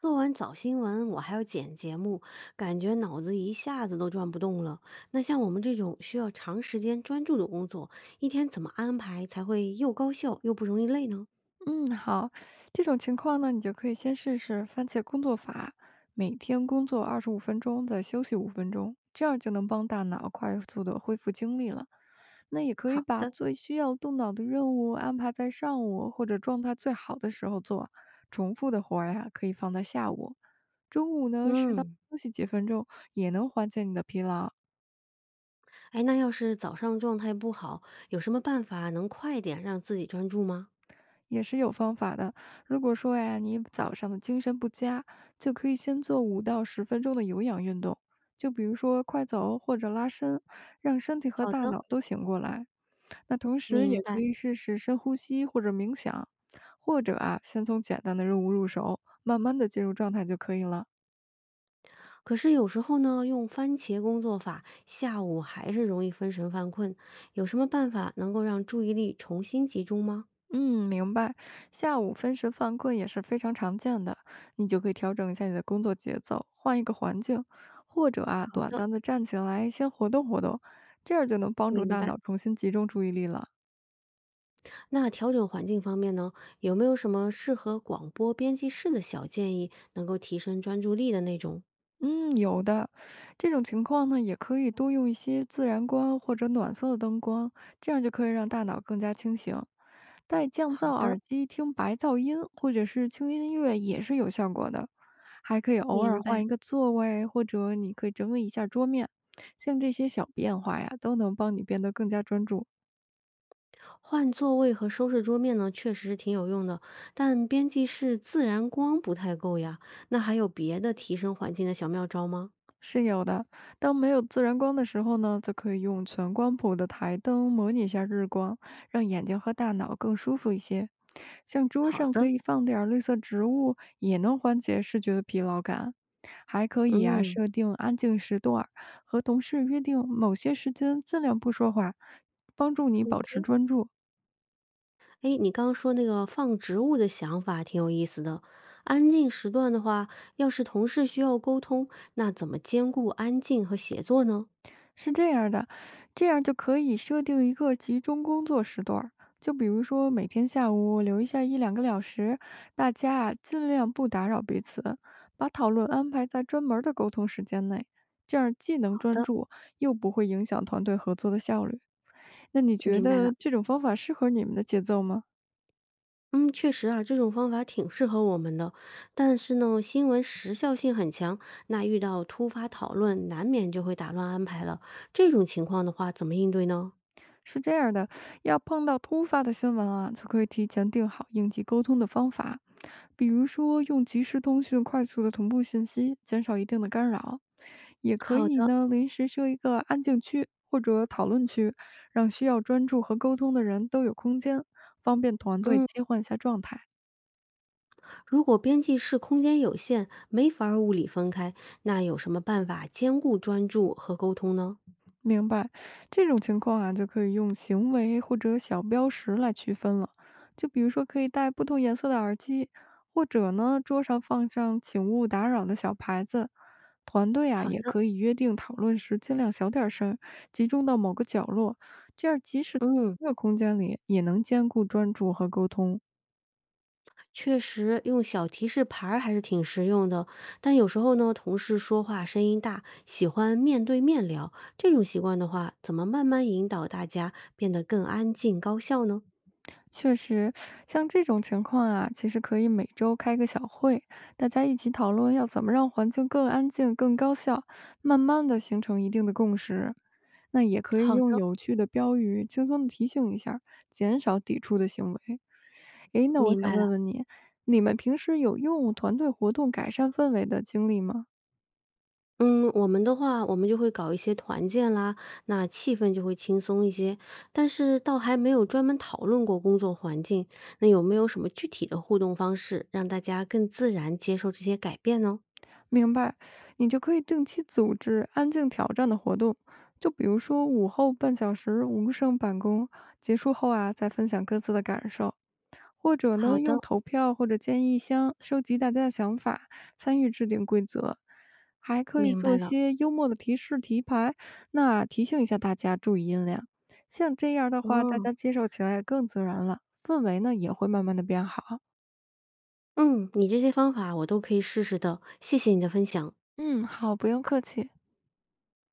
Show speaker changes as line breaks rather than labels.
做完早新闻，我还要剪节目，感觉脑子一下子都转不动了。那像我们这种需要长时间专注的工作，一天怎么安排才会又高效又不容易累呢？
嗯，好，这种情况呢，你就可以先试试番茄工作法，每天工作25分钟，再休息五分钟，这样就能帮大脑快速的恢复精力了。那也可以
好
把
的。
最需要动脑的任务安排在上午或者状态最好的时候做，重复的活儿呀，可以放在下午。中午呢，适当
嗯。
休息几分钟，也能缓解你的疲劳。
哎，那要是早上状态不好，有什么办法能快点让自己专注吗？
也是有方法的。如果说呀，你早上的精神不佳，就可以先做5到10分钟的有氧运动，就比如说快走或者拉伸，让身体和
好
大
的。
脑都醒过来。那同时
明
也可
白。
以试试深呼吸或者冥想，或者啊，先从简单的任务入手，慢慢的进入状态就可以了。
可是有时候呢，用番茄工作法，下午还是容易分神犯困。有什么办法能够让注意力重新集中吗？
嗯，明白。下午分神犯困也是非常常见的，你就可以调整一下你的工作节奏，换一个环境，或者啊，
好
短
的。
暂的站起来先活动活动，这样就能帮助
明
大
白。
脑重新集中注意力了。
那调整环境方面呢，有没有什么适合广播编辑室的小建议，能够提升专注力的那种？
嗯，有的。这种情况呢，也可以多用一些自然光或者暖色的灯光，这样就可以让大脑更加清醒。戴降
好
噪
的。
耳机听白噪音或者是轻音乐也是有效果的，还可以偶尔
明
换
白。
一个座位，或者你可以整理一下桌面，像这些小变化呀，都能帮你变得更加专注。
换座位和收拾桌面呢，确实是挺有用的，但编辑室自然光不太够呀。那还有别的提升环境的小妙招吗？
是有的。当没有自然光的时候呢，则可以用全光谱的台灯模拟一下日光，让眼睛和大脑更舒服一些。像桌
好
上可
的。
以放点儿绿色植物，也能缓解视觉的疲劳感。还可以啊，
嗯
设定安静时段儿，和同事约定某些时间尽量不说话，帮助你保持
，OK，
专注。
哎，你刚刚说那个放植物的想法挺有意思的。安静时段的话，要是同事需要沟通，那怎么兼顾安静和写作呢？
是这样儿的，这样就可以设定一个集中工作时段儿，就比如说每天下午留一下1到2个小时，大家啊尽量不打扰彼此，把讨论安排在专门儿的沟通时间内，这样既能
好
专
的。
注，又不会影响团队合作的效率。那你觉
明白
得
了。
这种方法适合你们的节奏吗？
嗯，确实啊，这种方法挺适合我们的，但是呢，新闻时效性很强，那遇到突发讨论，难免就会打乱安排了。这种情况的话，怎么应对呢？
是这样的，要碰到突发的新闻啊，就可以提前定好应急沟通的方法，比如说用即时通讯快速的同步信息，减少一定的干扰。也可
好
以
的。
呢，临时设一个安静区或者讨论区，让需要专注和沟通的人都有空间，方便团队切换一下状态。
如果编辑室空间有限，没法儿物理分开，那有什么办法兼顾专注和沟通呢？
明白，这种情况啊，就可以用行为或者小标识来区分了。就比如说，可以戴不同颜色的耳机，或者呢，桌上放上“请勿打扰”的小牌子。团队啊，
好
也
的。
可以约定讨论时尽量小点声，集中到某个角落，这样即使
嗯。
一个空间里也能兼顾专注和沟通。
确实，用小提示牌儿还是挺实用的。但有时候呢，同事说话声音大，喜欢面对面聊，这种习惯的话，怎么慢慢引导大家变得更安静、高效呢？
确实，像这种情况啊，其实可以每周开个小会，大家一起讨论要怎么让环境更安静、更高效，慢慢的形成一定的共识。那也可以
好
用
的。
有趣的标语轻松的提醒一下儿减少抵触的行为。诶，那我
明
想
白了。
问问你，你们平时有用团队活动改善氛围的经历吗？
嗯，我们的话，我们就会搞一些团建啦，那气氛就会轻松一些。但是倒还没有专门讨论过工作环境，那有没有什么具体的互动方式，让大家更自然接受这些改变呢？
明白，你就可以定期组织安静挑战的活动，就比如说午后半小时无声办公，结束后啊再分享各自的感受，或者
好
呢用
的。
投票或者建议箱收集大家的想法，参与制定规则，还可以
明白
做
了。
些幽默的提示题牌，那提醒一下大家注意音量。像这样的话，大
哦。
家接受起来也更自然了，氛围呢也会慢慢的变好。
嗯，你这些方法我都可以试试的，谢谢你的分享。
嗯，好，不用客气。